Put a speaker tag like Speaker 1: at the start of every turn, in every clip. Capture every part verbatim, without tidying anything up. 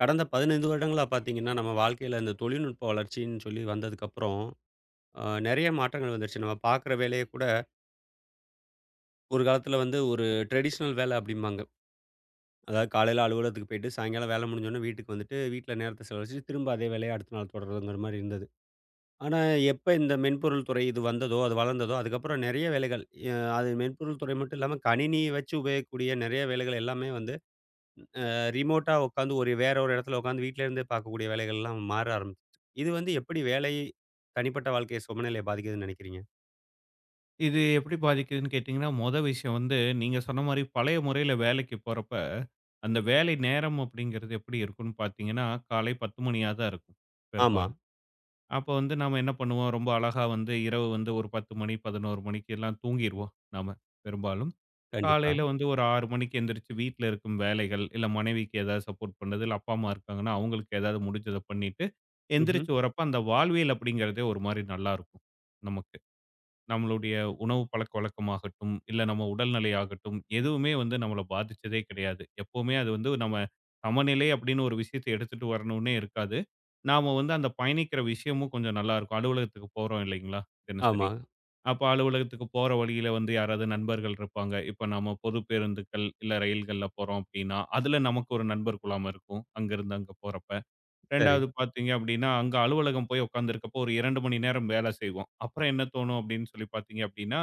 Speaker 1: கடந்த பதினைந்து வருடங்களா பார்த்தீங்கன்னா, நம்ம வாழ்க்கையில இந்த தொழில்நுட்ப வளர்ச்சின்னு சொல்லி வந்ததுக்கப்புறம், அ நெறைய மாற்றங்கள் வந்துருச்சு. நம்ம பார்க்குற வேலைய கூட ஒரு காலத்தில வந்து ஒரு ட்ரெடிஷ்னல் வேலை அப்டிம்பாங்க. அதாவது காலையில அலுவலகத்துக்கு போயிட்டு, சாயங்காலம் வேலை முடிஞ்சோனே வீட்டுக்கு வந்துட்டு, வீட்ல நேரத்த செலவழிச்சுட்டு, திரும்ப அதே வேலைய அடுத்த நாள் தொடர்றதுங்கிற மாரி இருந்தது. ஆனா, எப்ப இந்த மென்பொருள் துறை இது வந்ததோ, அது வளர்ந்ததோ, அதுக்கப்புறம் நெறைய வேலைகள், எ அது மென்பொருள் துறை மட்டும் இல்லாம, கணினிய வச்சு உபயோகிக்கக்கூடிய நெறைய வேலைகள் எல்லாமே வந்து ரிமோட்டா உட்காந்து ஒரு வேற ஒரு இடத்துல உட்காந்து வீட்ல இருந்தே பார்க்கக்கூடிய வேலைகள்லாம் மாற ஆரம்பிச்சுச்சு. இது வந்து எப்படி வேலை, தனிப்பட்ட வாழ்க்கை சமநிலையை பாதிக்குதுன்னு நினைக்கிறீங்க?
Speaker 2: இது எப்படி பாதிக்குதுன்னு கேட்டிங்கன்னா, மொத விஷயம் வந்து நீங்க சொன்ன மாரி பழைய முறையில வேலைக்கு போறப்ப, அந்த வேலை நேரம் அப்படிங்கிறது எப்படி இருக்கும்ன்னு பார்த்தீங்கன்னா, காலை பத்து மணியா தான் இருக்கும்
Speaker 1: ஆமா,
Speaker 2: பெரும்பாலும். அப்போ வந்து நாம என்ன பண்ணுவோம், ரொம்ப அழகா வந்து இரவு வந்து ஒரு பத்து மணி, பதினொன்று மணிக்கு எல்லாம் தூங்கிருவோம் நாம பெரும்பாலும்.
Speaker 1: கண்டிப்பா.
Speaker 2: காலையில வந்து ஒரு ஆறு மணிக்கு எந்திரிச்சு வீட்ல இருக்கும் வேலைகள், இல்ல மனைவிக்கு ஏதாவது சப்போர்ட் பண்றது, இல்ல அப்பா, அம்மா இருக்காங்கன்னா அவங்களுக்கு ஏதாவது முடிஞ்சத பண்ணிட்டு,
Speaker 1: ம்ஹ்ம்.
Speaker 2: எந்திரிச்சு வரப்ப அந்த வாழ்வியல் அப்படிங்கிறதே ஒரு மாரி நல்லாருக்கும் நமக்கு. நம்மளுடைய உணவு பழக்கவழக்கமாகட்டும், இல்ல நம்ம உடல்நிலை ஆகட்டும், எதுவுமே வந்து நம்மள பாதிச்சதே கிடையாது. எப்பவுமே அது வந்து நம்ம சமநிலை அப்படின்னு ஒரு விஷயத்த எடுத்துட்டு வரணும்னே இருக்காது. நாம வந்து அந்த பயணிக்கிற விஷயமும் கொஞ்சம் நல்லாருக்கும். அலுவலகத்துக்கு போறோம் இல்லைங்களா? தினசரி.
Speaker 1: ஆமா.
Speaker 2: அப்ப அலுவலகத்துக்கு போற வழியில வந்து யாராவது நண்பர்கள் இருப்பாங்க. இப்ப நம்ம பொது பேருந்துகள், இல்ல ரயில்கள்ல போறோம் அப்படின்னா, அதுல நமக்கு ஒரு நண்பர் குழாம் இருக்கும். அங்கிருந்து அங்க போறப்ப.
Speaker 1: சரி.
Speaker 2: 2வது பார்த்தீங்க அப்படின்னா, அங்க அலுவலகம் போய் உட்கார்ந்திருக்கப்போ ஒரு இரண்டு மணி நேரம் வேலை செய்வோம். அப்புறம் என்ன தோணும் அப்படின்னு சொல்லி பார்த்தீங்க அப்படின்னா,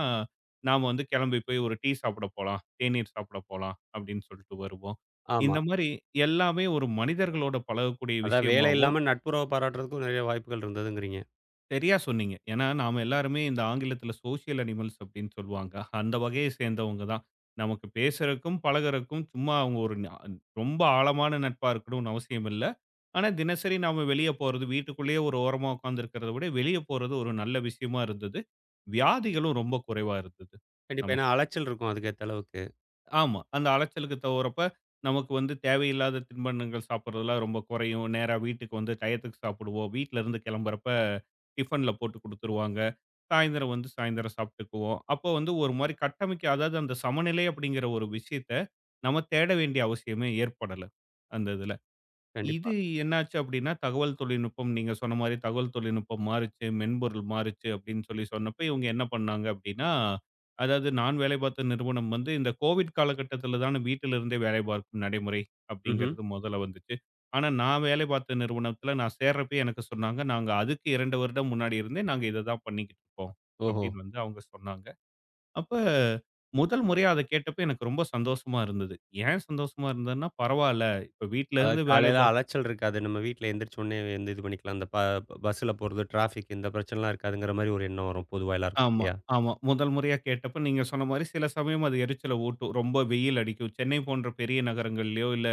Speaker 2: நாம வந்து கிளம்பி போய் ஒரு டீ சாப்பிட போலாம், தேநீர் சாப்பிட போலாம் அப்படின்னு சொல்லிட்டு வருவோம்.
Speaker 1: ஆமா.
Speaker 2: இந்த மாரி எல்லாமே ஒரு மனிதர்களோட பழகக்கூடிய
Speaker 1: அதான் வேலை
Speaker 2: விஷயமாவும்
Speaker 1: இல்லாம நட்புறவ பாராட்டுறதுக்கும் நெறைய வாய்ப்புகள் இருந்ததுங்கிறீங்க.
Speaker 2: சரியா சொன்னீங்க. ஏன்னா, நாம எல்லாருமே இந்த ஆங்கிலத்தில சோசியல் அனிமல்ஸ் அப்படின்னு சொல்லுவாங்க. அந்த வகையை சேர்ந்தவங்க தான். நமக்கு பேசுறதுக்கும், பழகுறதுக்கும் சும்மா அவங்க ஒரு ந ரொம்ப ஆழமான நட்பா இருக்கணும்னு அவசியம் இல்ல. ஆனா, தினசரி நாம வெளிய போறது, வீட்டுக்குள்ளேயே ஒரு ஓரமா உட்கார்ந்திருக்கிறத விட, வெளிய போறது ஒரு நல்ல விஷயமா இருந்தது. வியாதிகளும் ரொம்ப குறைவா இருந்தது
Speaker 1: கண்டிப்பா. ஏன்னா
Speaker 2: நமக்கு.
Speaker 1: அலைச்சல் இருக்கும் அதுக்கேத்த அளவுக்கு.
Speaker 2: ஆமா. அந்த அலைச்சலுக்கு தவறப்ப, நமக்கு வந்து தேவையில்லாத தின்பண்டங்கள் சாப்பிடுறதெல்லாம் ரொம்ப குறையும். நேரா வீட்டுக்கு வந்து டயத்துக்கு சாப்பிடுவோம். வீட்ல இருந்து கிளம்புறப்ப டிஃபன்ல போட்டு குடுத்துருவாங்க. சாயந்தரம் வந்து சாயந்தரம் சாப்பிட்டுக்குவோம். அப்போ வந்து ஒரு மாரி கட்டமைக்க அதாவது அந்த சமநிலை அப்படிங்கிற ஒரு விஷயத்த, நம்ம தேட வேண்டிய அவசியமே ஏற்படல. அந்த இதுல. இது
Speaker 1: கண்டிப்பா.
Speaker 2: என்னாச்சு அப்படின்னா, தகவல் தொழில்நுட்பம் நீங்க சொன்ன மாரி தகவல் தொழில்நுட்பம் மாறுச்சு, மென்பொருள் மாறுச்சு அப்படின்னு சொல்லி சொன்னப்ப, இவங்க என்ன பண்ணாங்க அப்படின்னா, அதாவது நான் வேலை பார்த்த நிறுவனம் வந்து இந்த கோவிட் காலகட்டத்தில தான வீட்டிலிருந்தே வேலை பார்க்கும் நடைமுறை
Speaker 1: ம்ஹ்ம்.
Speaker 2: அப்படிங்கிறது முதல்ல வந்துச்சு. ஆனா நான் வேலை பார்த்த நிறுவனத்தில நான் சேர்றப்பயே எனக்கு சொன்னாங்க, "நாங்க அதுக்கு இரண்டு வருடம் முன்னாடி இருந்தே நாங்க இத தான் பண்ணிக்கிட்டு இருக்கோம்."
Speaker 1: ஓஹோ!
Speaker 2: அப்படின்னு வந்து அவங்க சொன்னாங்க. அப்ப முதல் முறையா அத கேட்டப்ப எனக்கு ரொம்ப சந்தோஷமா இருந்தது. ஏன் சந்தோஷமா இருந்ததுன்னா, பரவால்ல இப்ப வீட்ல
Speaker 1: அதாவது
Speaker 2: இருந்து வேலை
Speaker 1: காலையில
Speaker 2: பார்க்
Speaker 1: அலைச்சல் இருக்காது. நம்ம வீட்ல எந்திரிச்ச உடனே வந்து இது பண்ணிக்கலாம். இந்த ப பஸ்ஸுல போறது, டிராஃபிக் இந்த பிரச்சனைலாம் இருக்காதுங்கிற மாரி ஒரு எண்ணம் வரும் பொதுவா எல்லாருக்கும்
Speaker 2: ஆமா,
Speaker 1: இல்லையா?
Speaker 2: ஆமா. முதல் முறையா கேட்டப்ப நீங்க சொன்ன மாரி சில சமயம் அது எரிச்சல ஊட்டும். ரொம்ப வெயில் அடிக்கும். சென்னை போன்ற பெரிய நகரங்கள்லயோ, இல்ல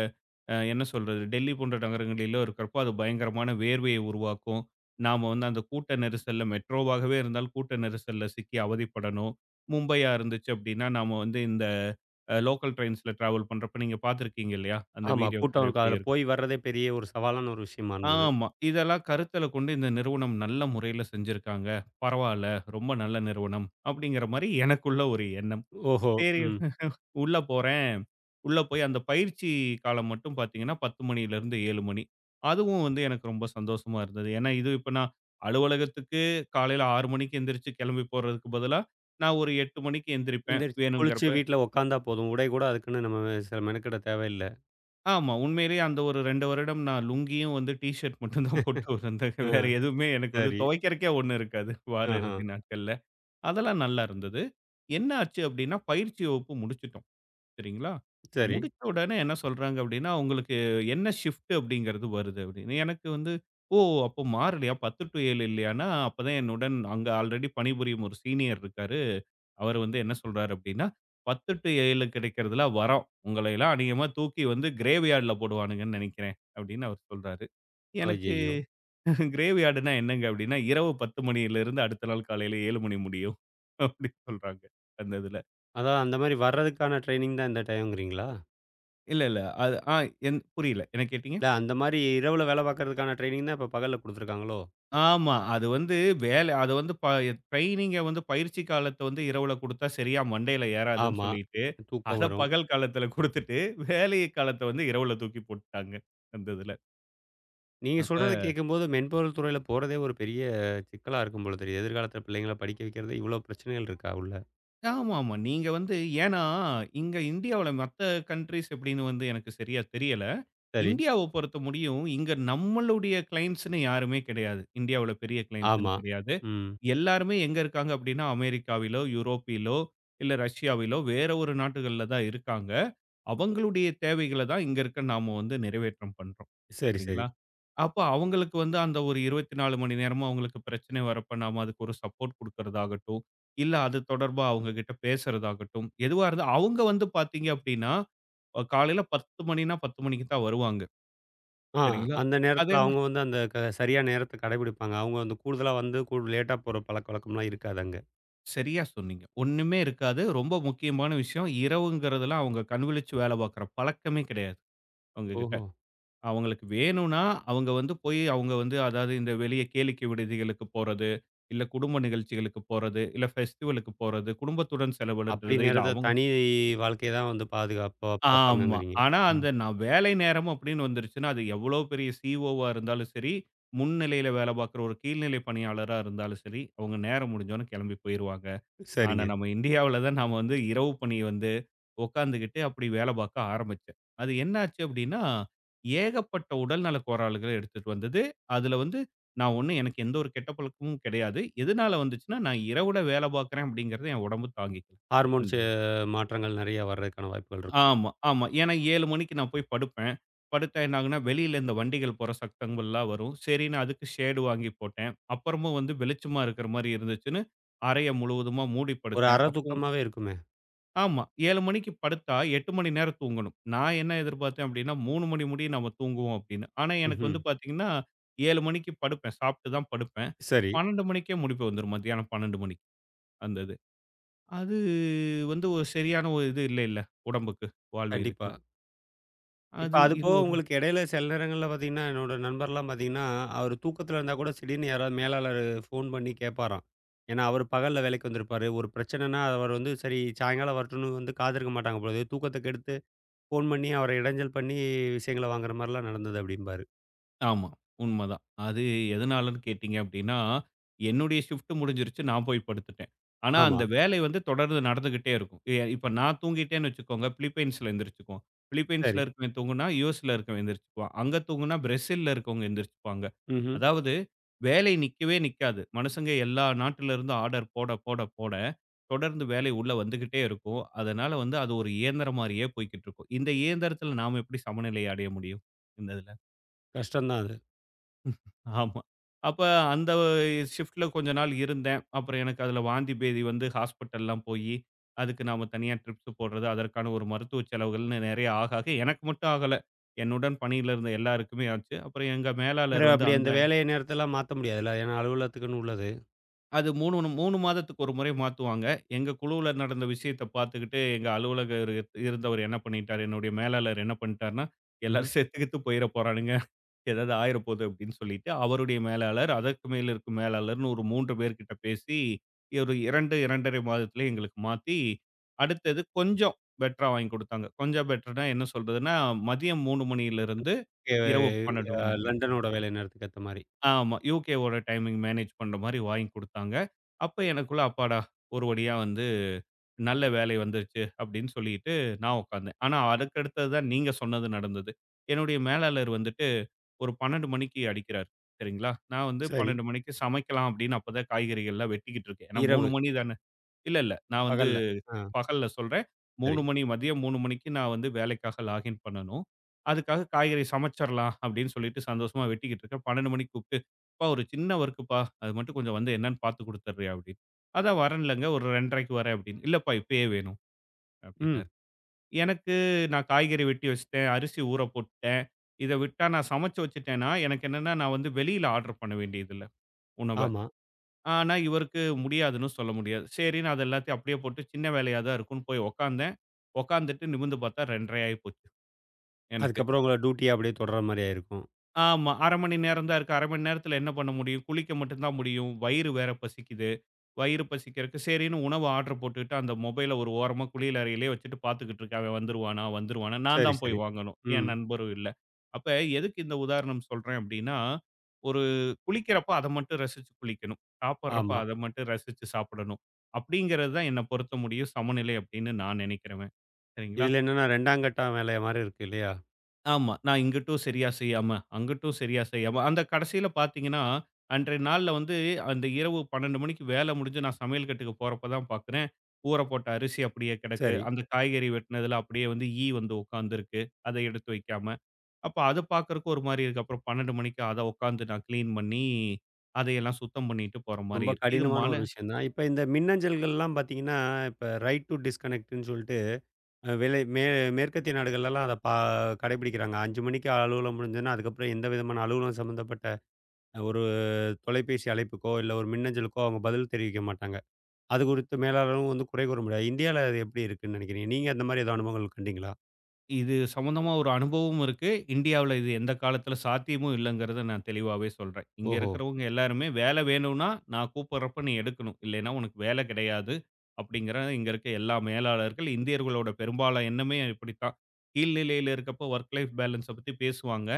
Speaker 2: அ என்ன சொல்றது? டெல்லி போன்ற நகரங்களிலோ இருக்கிறப்போ, அது பயங்கரமான வேர்வையை உருவாக்கும். நாம வந்து அந்த கூட்ட நெரிசல்ல மெட்ரோவாகவே இருந்தாலும் கூட்ட நெரிசல்ல சிக்கி அவதிப்படணும். மும்பையா இருந்துச்சு அப்டின்னா, நாம வந்து இந்த அ லோக்கல் ட்ரெயின்ஸ்ல டிராவல் பண்றப்ப நீங்க பார்த்துருக்கீங்க இல்லையா? அந்த
Speaker 1: ஆமா. கூட்டம்
Speaker 2: வீடியோக்குள்ள
Speaker 1: இருக்கும்.
Speaker 2: எப்படி
Speaker 1: அதுல
Speaker 2: இருக்கும்?
Speaker 1: போய் வர்றதே பெரிய ஒரு சவாலான ஒரு விஷயமா இருந்தது.
Speaker 2: ஆமா. இதெல்லாம் கருத்துல கொண்டு இந்த நிறுவனம் நல்ல முறையில செஞ்சிருக்காங்க. பரவால்ல. ரொம்ப நல்ல நிறுவனம். அப்படிங்கிற மாரி எனக்குள்ள ஒரு எண்ணம்.
Speaker 1: ஓஹோ!
Speaker 2: சரி
Speaker 1: ம்.
Speaker 2: உள்ள போறேன். உள்ள போய் அந்த பயிற்சி காலம் மட்டும் பார்த்தீங்கன்னா, பத்து மணியிலிருந்து ஏழு மணி. அதுவும் வந்து எனக்கு ரொம்ப சந்தோஷமா இருந்தது. ஏன்னா, இது இப்ப நான் அலுவலகத்துக்கு காலையில ஆறு மணிக்கு எந்திரிச்சு கிளம்பி போறதுக்கு பதிலா, நான் ஒரு எட்டு மணிக்கு எந்திரிப்பேன்
Speaker 1: எந்திரிச்சு குளிச்சு
Speaker 2: வேணுங்கிறப்ப.
Speaker 1: வீட்ல உக்காந்தா போதும். உடை கூட அதுக்குன்னு நம்ம சில மெனக்கெட தேவையில்ல.
Speaker 2: ஆமா. உண்மையிலேயே அந்த ஒரு இரண்டு வருடம் நான் லுங்கியும் வந்து டீ ஷர்ட் மட்டும் தான் போட்டு வந்தேன்.
Speaker 1: ஆ
Speaker 2: வேற எதுவுமே எனக்கு வந்து
Speaker 1: சரி.
Speaker 2: துவைக்கிறக்கே ஒண்ணும் இருக்காது. வார
Speaker 1: ஆஹா.
Speaker 2: இறுதி நாட்கள்ல. அதெல்லாம் நல்லா இருந்தது. என்ன ஆச்சு அப்டின்னா, பயிற்சி வகுப்பு முடிச்சுட்டோம். சரிங்களா?
Speaker 1: சரி.
Speaker 2: முடிச்ச உடனே என்ன சொல்றாங்க அப்டின்னா, "உங்களுக்கு என்ன ஷிஃப்ட் அப்டிங்கிறது வருது" அப்டின்னு. எனக்கு வந்து, "ஓ! அப்போ மாறலையா? பத்து டூ ஏழு இல்லையான்னா, அப்பதான் என்னுடன் அங்க ஆல்ரெடி பணிபுரியும் ஒரு சீனியர் இருக்காரு." அவரு வந்து என்ன சொல்றாரு அப்படின்னா, பத்து ஏழு கிடைக்கிறதுல வரோம். உங்களை எல்லாம் அநேகமா தூக்கி வந்து கிரேவ் யார்டுல போடுவானுங்கன்னு நினைக்கிறேன்." அப்படின்னு அவர் சொல்றாரு. எனக்கு
Speaker 1: ஐய்யய்யோ!
Speaker 2: கிரேவ் யார்டுன்னா என்னங்க அப்படின்னா, இரவு பத்து மணியிலிருந்து அடுத்த நாள் காலையில ஏழு மணி முடியும் அப்படின்னு சொல்றாங்க அந்த இதுல.
Speaker 1: அதான் அந்த மாரி வர்றதுக்கான ட்ரெய்னிங் தான் இந்த டைம்ங்கிறீங்களா?
Speaker 2: இல்ல, இல்ல. அது ஆ என் புரியல. என்ன கேட்டீங்க?
Speaker 1: இல்ல அந்த மாரி இரவுல வேல பார்க்கறதுக்கான ட்ரெய்னிங் தான் இப்ப பகல்ல குடுத்துருக்காங்களோ?
Speaker 2: ஆமா. அது வந்து வேலை அது வந்து ப ட்ரெய்னிங்க வந்து பயிற்சி காலத்த வந்து இரவுல குடுத்தா சரியா மண்டையில ஏறாதுன்னு
Speaker 1: ஆமா.
Speaker 2: சொல்லிட்டு,
Speaker 1: தூக்கம்
Speaker 2: அத
Speaker 1: வரும்.
Speaker 2: பகல் காலத்துல குடுத்துட்டு, வேலை காலத்த வந்து இரவுல தூக்கி போட்டுட்டாங்க அந்த இதுல.
Speaker 1: நீங்க
Speaker 2: அப்ப
Speaker 1: சொல்றத கேட்கும்போது மென்பொருள் துறையில போறதே ஒரு பெரிய சிக்கலா இருக்கும் போல தெரியுது. எதிர்காலத்தில பிள்ளைங்கள படிக்க வைக்கிறது இவ்ளோ பிரச்சனைகள் இருக்கா உள்ள?
Speaker 2: ஆமாமா. நீங்க வந்து ஏன்னா, இங்க இந்தியாவுல மத்த கன்ட்ரீஸ் எப்படின்னு வந்து எனக்கு சரியா தெரியல.
Speaker 1: சரி.
Speaker 2: இந்தியாவ பொறுத்த முடியும், இங்க நம்மளுடைய கிளையண்ட்ஸ்ன்னு யாருமே கிடையாது. இந்தியாவுல பெரிய கிளையண்ட்ஸ்ன்னு
Speaker 1: ஆமா.
Speaker 2: கிடையாது.
Speaker 1: ம்.
Speaker 2: எல்லாருமே எங்க இருக்காங்க அப்படின்னா, அமெரிக்காவிலோ, யூரோப்பிலோ, இல்ல ரஷ்யாவிலோ, வேற ஒரு நாட்டுகள்ல தான் இருக்காங்க. அவங்களுடைய தேவைகள தான் இங்க இருக்க நாம வந்து நிறைவேற்றம் பண்றோம்.
Speaker 1: சரி, சரி.
Speaker 2: சரிங்களா? அப்ப அவங்களுக்கு வந்து அந்த ஒரு இருபத்தி நான்கு மணி நேரமும் அவங்களுக்கு பிரச்சனை வரப்ப நாம அதுக்கு ஒரு சப்போர்ட் குடுக்கறதாகட்டும், இல்ல அது தொடர்பா அவங்க கிட்ட பேசுறதாகட்டும், எதுவா இருந்தா அவங்க வந்து பாத்தீங்க அப்படின்னா, அ காலையில பத்து மணின்னா பத்து மணிக்கு தான் வருவாங்க.
Speaker 1: ஆ.
Speaker 2: சரிங்களா?
Speaker 1: அந்த
Speaker 2: அதே
Speaker 1: நேரத்தில
Speaker 2: மாரி
Speaker 1: அவங்க வந்து அந்த க சரியா நேரத்த கடைபிடிப்பாங்க. அவங்க வந்து கூடுதலா வந்து கூ லேட்டா போற பழக்கவழக்கம்லாம் இருக்காது அங்க.
Speaker 2: சரியா சொன்னீங்க. ஒண்ணுமே இருக்காது. ரொம்ப முக்கியமான விஷயம். இரவுங்கிறதெல்லாம் அவங்க கண் விழிச்சு வேல பாக்குற பழக்கமே கிடையாது அவங்க கிட்ட.
Speaker 1: ஓஹோ!
Speaker 2: அவங்களுக்கு வேணும்னா, அவங்க வந்து போய் அவங்க வந்து அதாவது இந்த வெளிய கேளிக்கை விடுதிகளுக்கு போறது, இல்ல குடும்ப நிகழ்ச்சிகளுக்கு போறது, இல்ல ஃபெஸ்டிவலுக்கு போறது, குடும்பத்துடன்
Speaker 1: அப்படி
Speaker 2: செலவிடுறது, இல்ல
Speaker 1: நேரத்த
Speaker 2: அவங்க
Speaker 1: தனி வாழ்க்கைய தான் வந்து பாதுகாப்பா
Speaker 2: ஆமா.
Speaker 1: பார்ப்பாங்கங்கிறீங்க.
Speaker 2: ஆனா, அந்த
Speaker 1: ம்.
Speaker 2: நான் வேலை நேரம் அப்படின்னு வந்துருச்சுன்னா, அது எவ்வளோ பெரிய சிஓவா இருந்தாலும் சரி, முன்னிலையில வேலை பார்க்குற ஒரு கீழ்நிலை பணியாளரா இருந்தாலும் சரி, அவங்க நேரம் முடிஞ்சோனே கிளம்பி போயிருவாங்க. ஆனா,
Speaker 1: சரிங்க.
Speaker 2: நம்ம இந்தியாவுல தான் நாம வந்து இரவு பணி வந்து உட்காந்துகிட்டு அப்படி வேலை பார்க்க ஆரம்பிச்சேன். அது என்னாச்சு அப்படின்னா, ஏகப்பட்ட உடல்நல கோளாறுகள எடுத்துட்டு வந்தது. அதுல வந்து நான் ஒண்ணும் எனக்கு எந்த ஒரு கெட்ட பழக்கமும் கிடையாது. எதனால வந்துச்சுன்னா, நான் இரவுல வேலை பார்க்குறேன் அப்படிங்கிறத என் உடம்பு தாங்கிக்கல.
Speaker 1: ஹார்மோன்
Speaker 2: அந்த
Speaker 1: சே
Speaker 2: இதுல.
Speaker 1: மாற்றங்கள் நெறைய வர்றதுக்கான வாய்ப்புகள் இருக்கும்.
Speaker 2: ஆமா, ஆமா. ஏன்னா ஏழு மணிக்கு நான் போய் படுப்பேன். படுத்தா என்ன ஆகும்னா, வெளியில இந்த வண்டிகள் போற சத்தங்கள்லாம் வரும். சரின்னு அதுக்கு ஷேடு வாங்கி போட்டேன். அப்புறமும் வந்து வெளிச்சமா இருக்கிற மாரி இருந்துச்சுன்னு, அறைய முழுவதுமா மூடி
Speaker 1: ஒரு
Speaker 2: படுத்தேன்.
Speaker 1: அரை
Speaker 2: அப்போ
Speaker 1: தூக்கமாவே இருக்குமே!
Speaker 2: ஆமா. ஏழு மணிக்கு படுத்தா எட்டு மணி நேரம் தூங்கணும். நான் என்ன எதிர்பார்த்தேன் அப்டின்னா, மூன்று மணி முடியும் நம்ம தூங்குவோம் அப்டின்னு. ஆனா எனக்கு
Speaker 1: ம்ஹ்ம்.
Speaker 2: வந்து பார்த்தீங்கன்னா, ஏழு மணிக்கு படுப்பேன். சாப்ட்டு தான் படுப்பேன்.
Speaker 1: சரி.
Speaker 2: பன்னிரண்டு மணிக்கே முழிப்பு வந்துரும். மத்தியானம் பன்னிரண்டு மணிக்கு அந்த இது. அது வந்து ஒரு சரியான ஒரு இது இல்லைல்ல உடம்புக்கு, வாழ்வியலுக்கு.
Speaker 1: கண்டிப்பா. இப்ப
Speaker 2: அது
Speaker 1: அது
Speaker 2: இது
Speaker 1: போக
Speaker 2: ஒரு
Speaker 1: உங்களுக்கு இடையில சில நேரங்கள்ல பார்த்தீங்கன்னா, என்னோட நண்பர்லாம் பார்த்தீங்கன்னா, அவரு தூக்கத்துல இருந்தா கூட திடீர்னு யாராவது மேலாளர் ஃபோன் பண்ணி கேட்பாராம். ஏன்னா, அவரு பகல்ல வேலைக்கு வந்திருப்பாரு. ஒரு பிரச்சனைன்னா அவர் வந்து சரி சாயங்காலம் வரட்டும்னு வந்து காத்திருக்க மாட்டாங்க போலது. தூக்கத்த கெடுத்து ஃபோன் பண்ணி அவர இடைஞ்சல் பண்ணி விஷயங்கள வாங்குற மாரிலாம் நடந்தது அப்டிம்பாரு.
Speaker 2: ஆமா. உண்மதான். அது எதனாலன்னு கேட்டீங்க அப்டின்னா, என்னுடைய ஷிஃப்ட் முடிஞ்சிருச்சு. நான் போய் படுத்துட்டேன். ஆனா,
Speaker 1: ஆமா.
Speaker 2: அந்த வேலை வந்து தொடர்ந்து நடந்துகிட்டே இருக்கும். எ இப்ப நான் தூங்கிட்டேன்னு வச்சுக்கோங்க, பிலிப்பைன்ஸ்ல எந்திரிச்சுக்குவான். பிலிப்பைன்ஸ்ல
Speaker 1: சரி.
Speaker 2: இருக்கவன் தூங்குனா, யுஎஸ்ல இருக்கவன் எந்திரிச்சுக்குவான். அங்க தூங்குனா, பிரேசில்ல இருக்கவங்க எந்திரிச்சுப்பாங்க.
Speaker 1: ம்ஹ்ம்.
Speaker 2: அதாவது வேலை நிக்கவே நிக்காது. மனுசங்க எல்லா நாட்டுல இருந்தும் ஆர்டர் போட, போட, போட தொடர்ந்து வேலை உள்ள வந்துகிட்டே இருக்கும். அதனால வந்து அது ஒரு இயந்திரம் மாரியே போய்க்கிட்டு இருக்கும். இந்த இயந்திரத்துல நாம எப்படி சமநிலை அடைய முடியும்? இந்த இதுல.
Speaker 1: கஷ்டம் தான் அது.
Speaker 2: ஆமா. அப்ப அந்த ஷிஃப்ட்ல கொஞ்ச நாள் இருந்தேன். அப்புறம் எனக்கு அதுல வாந்தி பேதி வந்து ஹாஸ்பிட்டல்லாம் போயி, அதுக்கு நாம தனியா ட்ரிப்ஸ் போடுறது, அதற்கான ஒரு மருத்துவ செலவுகள்ன்னு நெறைய ஆக ஆக எனக்கு மட்டும் ஆகல. என்னுடன் பணியில இருந்த எல்லாருக்குமே ஆச்சு. அப்புறம் எங்க
Speaker 1: வேற
Speaker 2: மேலாளர் வந்து
Speaker 1: அப்படி
Speaker 2: அந்த
Speaker 1: அந்த வேலை நேரத்தலாம் மாத்த முடியாதுல்ல. ஏன்னா அலுவலகத்துக்குன்னு உள்ளது.
Speaker 2: அது 3 3 மாதத்துக்கு ஒரு முறை மாத்துவாங்க. எங்க குழுவுல நடந்த விஷயத்த பார்த்துக்கிட்டு எங்க அலுவலக இருந்தவர் என்ன பண்ணிட்டாரு, என்னுடைய மேலாளர் என்ன பண்ணிட்டாருன்னா,
Speaker 1: ம்ஹ்ம்.
Speaker 2: எல்லாரும் செத்து கித்து போயிற போறானுங்க. ஏதாவது ஆயிரப்போகுது அப்படின்னு சொல்லிட்டு, அவருடைய மேலாளர், அதற்கு மேல் இருக்கும் மேலாளர்ன்னு ஒரு மூன்று பேர்கிட்ட பேசி, ஒரு இரண்டு, இரண்டு அரை மாதத்தில எங்களுக்கு மாத்தி, அடுத்தது கொஞ்சம் பெட்டரா வாங்கி குடுத்தாங்க. கொஞ்சம் பெட்டர்னா என்ன சொல்றதுன்னா, மதியம் மூன்று மணியிலிருந்து
Speaker 1: எ
Speaker 2: இரவு பன்னிரண்டு
Speaker 1: அ
Speaker 2: மணி முடியும்.
Speaker 1: லண்டனோட வேலை நேரத்துக்கு ஏத்த மாரி.
Speaker 2: ஆமா. யுகேவோட டைமிங் மேனேஜ் பண்ற மாரி வாங்கி குடுத்தாங்க. அப்ப எனக்குள்ள அப்பாடா! ஒரு வழியா வந்து நல்ல வேலை வந்துருச்சு அப்படின்னு சொல்லிட்டு நான் உட்கார்ந்தேன். ஆனா, அதுக்கு அடுத்தது தான் நீங்க சொன்னது நடந்தது. என்னுடைய மேலாளர் வந்துட்டு ஒரு பன்னிரண்டு மணிக்கு அடிக்கிறாரு. சரிங்களா? நான் வந்து
Speaker 1: சரி.
Speaker 2: பன்னிரண்டு மணிக்கு சமைக்கலாம் அப்படின்னு அப்பதான் காய்கறிகள்லாம் வெட்டிக்கிட்டு இருக்கேன். ஏன்னா மூன்று
Speaker 1: இரவு.
Speaker 2: மணி தானே இல்ல, இல்ல. நான் வந்து
Speaker 1: பகல்ல. ஆ
Speaker 2: பகல்ல சொல்றேன்.
Speaker 1: சரி.
Speaker 2: 3 மணி மதியம் மூன்று மணிக்கு நான் வந்து வேலைக்காக லாகின் பண்ணணும். அதுக்காக காய்கறி சமைச்சரலாம் அப்படின்னு சொல்லிட்டு சந்தோஷமா வெட்டிக்கிட்டு இருக்கேன். பன்னிரண்டு மணிக்கு கூப்பிட்டு, "அப்பா ஒரு சின்ன ஒர்க்குப்பா. அது மட்டும் கொஞ்சம் வந்து என்னன்னு பார்த்து குடுத்துடுறியா?" அப்படின்னு. "அதான் வரேன்லங்க. ஒரு 2:30க்கு வரேன்" அப்படின்னு. "இல்லப்பா இப்பயே வேணும்"
Speaker 1: ம்.
Speaker 2: அப்படின்னாரு. எனக்கு நான் காய்கறி வெட்டி வச்சுட்டேன், அரிசி ஊற போட்டுட்டேன். இத விட்டா நான் சமைச்சு வச்சுட்டேன்னா, எனக்கு என்னன்னா நான் வந்து வெளியில ஆர்டர் பண்ண வேண்டியதில்ல உணவ.
Speaker 1: ஆமா.
Speaker 2: ஆனா, இவருக்கு முடியாதுன்னு சொல்ல முடியாது. சரின்னு அது எல்லாத்தையும் அப்படியே போட்டு சின்ன வேலையா தான் இருக்கும்னு போய் உட்காந்தேன். உட்காந்துட்டு நிமிர்ந்து பார்த்தா இரண்டரை ஆயி போச்சு எனக்கு.
Speaker 1: அதுக்கப்புறம் உங்களோட டியூட்டிய அப்படியே தொடர்ற மாரி ஆயிருக்கும்.
Speaker 2: ஆமா. அரை மணி நேரம் தான் இருக்கு. அரை மணி நேரத்துல என்ன பண்ண முடியும்? குளிக்க மட்டும் தான் முடியும். வயிறு வேற பசிக்குது. வயிறு பசிக்கிறதுக்கு சரின்னு உணவு ஆர்டர் போட்டுக்கிட்டு, அந்த மொபைல ஒரு ஓரமா குளியல் அறையிலேயே வச்சுட்டு பாத்துக்கிட்டு இருக்கேன். அவன் வந்துருவானா? வந்துருவானா? நான்
Speaker 1: சரி,
Speaker 2: தான் போய்
Speaker 1: சரி.
Speaker 2: வாங்கணும். என்
Speaker 1: ம்.
Speaker 2: நண்பரும் இல்ல. அப்ப எதுக்கு இந்த உதாரணம் சொல்றேன் அப்டின்னா, ஒரு குளிக்கிறப்ப அத மட்டும் ரசிச்சு குளிக்கணும். சாப்பிடுறப்ப
Speaker 1: ஆமா.
Speaker 2: அத மட்டும் ரசிச்சு சாப்பிடணும். அப்டிங்கிறது தான் என்ன பொறுத்த முடியும் சமநிலை அப்டின்னு நான் நினைக்கிறவன். சரிங்களா?
Speaker 1: இதில என்னன்னா இரண்டாம் கட்ட வேலை மாரி இருக்கு இல்லையா?
Speaker 2: ஆமா. நான் இங்கிட்டும் சரியா செய்யாம, அங்கிட்டும் சரியா செய்யாம, அந்த கடைசியில பார்த்தீங்கன்னா, அன்றைய நாள்ல வந்து அந்த இரவு பன்னிரண்டு மணிக்கு வேல முடிஞ்சு நான் சமையல் கட்டுக்கு போறப்ப தான் பார்க்கிறேன். ஊற போட்ட அரிசி அப்படியே கிடக்கு.
Speaker 1: சரி.
Speaker 2: அந்த காய்கறி வெட்டினதுல அப்படியே வந்து ஈ வந்து உட்காந்துருக்கு. அத எடுத்து வைக்காம. அப்ப அத பார்க்கறக்கு ஒரு மாரி இருக்கு. அப்புறம் பன்னிரண்டு மணிக்கு அத உட்காந்து நான் கிளீன் பண்ணி, அதையெல்லாம் சுத்தம் பண்ணிட்டு போற மாரி
Speaker 1: ரொம்ப
Speaker 2: இருக்கு. இது
Speaker 1: கடினமான
Speaker 2: மன
Speaker 1: ஒரு விஷயம் தான். இப்ப இந்த மின்னஞ்சல்கள்லாம் பார்த்தீங்கன்னா, இப்ப ரைட் டூ டிஸ்கனெக்ட்ன்னு சொல்லிட்டு அ விலை மே மேற்கத்திய நாடுகள்லலாம் அத பா கடைபிடிக்கிறாங்க. ஐந்து மணிக்கு அலுவலகம் முடிஞ்சதுன்னா, அதுக்கப்புறம் எந்த விதமான அலுவலகம் சம்மந்தப்பட்ட ஒரு தொலைபேசி அழைப்புக்கோ, இல்ல ஒரு மின்னஞ்சலுக்கோ அவங்க பதில் தெரிவிக்க மாட்டாங்க. அது குறித்து மேலாளரும் வந்து குறை கூற முடியாது. இந்தியால அது எப்படி இருக்குன்னு நினைக்கிறீங்க? நீங்க அந்த மாரி ஏதாவது அனுபவங்கள் கண்டீங்களா?
Speaker 2: இது சம்மந்தமா ஒரு அனுபவமும் இருக்கு. இந்தியாவுல இது எந்த காலத்தில சாத்தியமும் இல்லங்கிறத நான் தெளிவாவே சொல்றேன். இங்க
Speaker 1: ஓஹோ!
Speaker 2: இருக்கிறவங்க எல்லாருமே வேலை வேணும்னா, நான் கூப்பிடுறப்ப நீ எடுக்கணும். இல்லைன்னா உனக்கு வேலை கிடையாது. அப்படிங்கிற இங்க இருக்க எல்லா மேலாளர்கள் இந்தியர்களோட பெரும்பாலான எண்ணமே இப்படித்தான். கீழ் நிலையில இருக்கப்போ ஒர்க் லைஃப் பேலன்ஸ பத்தி பேசுவாங்க.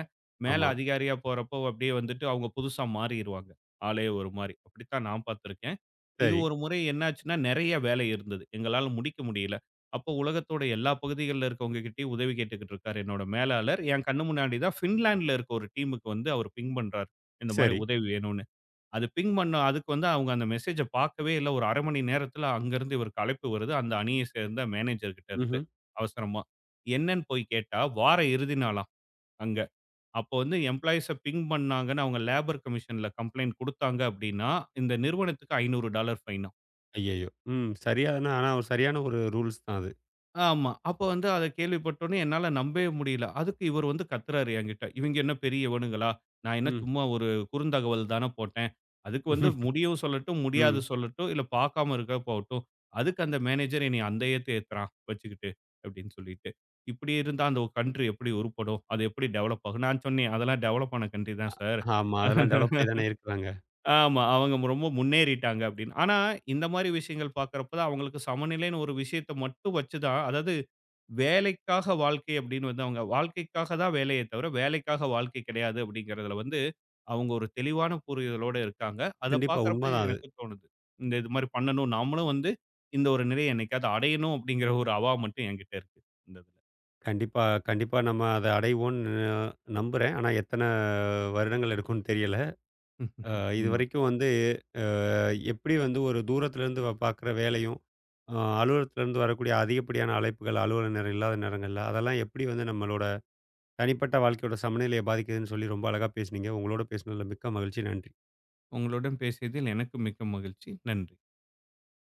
Speaker 2: மேல
Speaker 1: ஆமா.
Speaker 2: அதிகாரியா போறப்போ அப்படியே வந்துட்டு அவங்க புதுசா மாறிருவாங்க. ஆளே ஒரு மாரி. அப்படித்தான் நான் பார்த்திருக்கேன். இது
Speaker 1: சரி.
Speaker 2: ஒரு முறை என்னாச்சுன்னா, நெறைய வேலை இருந்தது. எங்களால முடிக்க முடியல. அப்போ உலகத்தோட எல்லா பகுதிகள்ல இருக்கவங்க கிட்டயும் உதவி கேட்டுக்கிட்டு இருக்காரு என்னோட மேலாளர். என் கண்ணு முன்னாடி தான் ஃபின்லாண்ட்ல இருக்க ஒரு டீமுக்கு வந்து அவரு பிங் பண்றாரு. இந்த மாரி
Speaker 1: சரி.
Speaker 2: உதவி வேணும்னு. அது பிங் பண்ண அதுக்கு வந்து அவங்க அந்த மெசேஜ பார்க்கவே இல்ல. ஒரு அரை மணி நேரத்தில அங்கருந்து இவருக்கு அழைப்பு வருது. அந்த அணிய சேர்ந்த மேனேஜர் கிட்ட இருந்து
Speaker 1: ம்ஹ்ம்.
Speaker 2: அவசரமா. என்னன்னு போய் கேட்டா, வார இறுதி நாளாம் அங்க. அப்போ வந்து எம்ப்ளாயீஸ பிங் பண்ணாங்கன்னு அவங்க லேபர் கமிஷன்ல கம்ப்ளைண்ட் குடுத்தாங்க அப்டின்னா, இந்த நிறுவனத்துக்கு ஐந்நூறு டாலர் ஃபைனாம்.
Speaker 1: ஐயய்யோ! ம். சரியான ஆனா ஒரு சரியான ஒரு ரூல்ஸ் தான் அது.
Speaker 2: ஆமா. அப்ப வந்து அத கேள்விப்பட்டோனே என்னால நம்பவே முடியல. அதுக்கு இவரு வந்து கத்துறாரு என்கிட்ட. இவங்க என்ன பெரிய இவனுங்களா? நான் என்ன
Speaker 1: ம்.
Speaker 2: சும்மா ஒரு குறுந்தகவல் தான போட்டேன். அதுக்கு வந்து முடியும் சொல்லட்டும், முடியாது
Speaker 1: ம்.
Speaker 2: சொல்லட்டும், இல்ல பார்க்காம இருக்க போகட்டும். அதுக்கு அந்த மேனேஜர் என்னைய அந்த ஏத்து ஏத்துறான் வச்சுக்கிட்டு அப்படின்னு சொல்லிட்டு. இப்படி இருந்தா அந்த கன்ட்ரி எப்படி உருப்படும்? அது எப்படி டெவலப் ஆகும்? நான் சொன்னேன், "அதெல்லாம் டெவலப் ஆன கன்ட்ரி தான் சார்."
Speaker 1: ஆமா. அதெல்லாம் டெவலப் ஆயி தானே இருக்கிறாங்க.
Speaker 2: ஆமா. அவங்க மு ரொம்ப முன்னேறிட்டாங்க அப்படின்னு. ஆனா, இந்த மாரி விஷயங்கள் பார்க்கிறப்ப தான் அவங்களுக்கு சமநிலைன்னு ஒரு விஷயத்த மட்டும் வச்சு தான் அதாவது வேலைக்காக வாழ்க்கை அப்படின்னு வந்து அவங்க வாழ்க்கைக்காக தான் வேலையே தவிர, வேலைக்காக வாழ்க்கை கிடையாது அப்படிங்கிறதுல வந்து அவங்க ஒரு தெளிவான புரிதலோட இருக்காங்க. அத
Speaker 1: கண்டிப்பா
Speaker 2: பார்க்கிறப்ப
Speaker 1: உண்மதான் அது.
Speaker 2: எனக்கு தோணுது. இந்த இது மாரி பண்ணணும். நாமளும் வந்து இந்த ஒரு நிலைய என்னைக்காவது அடையணும் அப்படிங்கிற ஒரு அவா மட்டும் என்கிட்ட இருக்கு. இந்த இதுல.
Speaker 1: கண்டிப்பா, கண்டிப்பா நம்ம அத அடைவோம்ன்னு நம்புறேன். ஆனா எத்தன வருடங்கள் எடுக்கும்ன்னு தெரியல. அ
Speaker 2: உண்ம.
Speaker 1: இதுவரைக்கும் வந்து எப்படி வந்து ஒரு தூரத்திலேருந்து வ பார்க்குற வேலையும், அ அலுவலகத்திலேருந்து வரக்கூடிய அதிகப்படியான அழைப்புகள், அலுவல நேரம் இல்லாத நேரங்கள்ல, அதெல்லாம் எப்படி வந்து நம்மளோட தனிப்பட்ட வாழ்க்கையோட சமநிலையை பாதிக்குதுன்னு சொல்லி ரொம்ப அழகா பேசுனீங்க. உங்களோட பேசுனதில மிக்க மகிழ்ச்சி. நன்றி.
Speaker 2: உங்களுடன் பேசியதில் எனக்கு மிக்க மகிழ்ச்சி. நன்றி.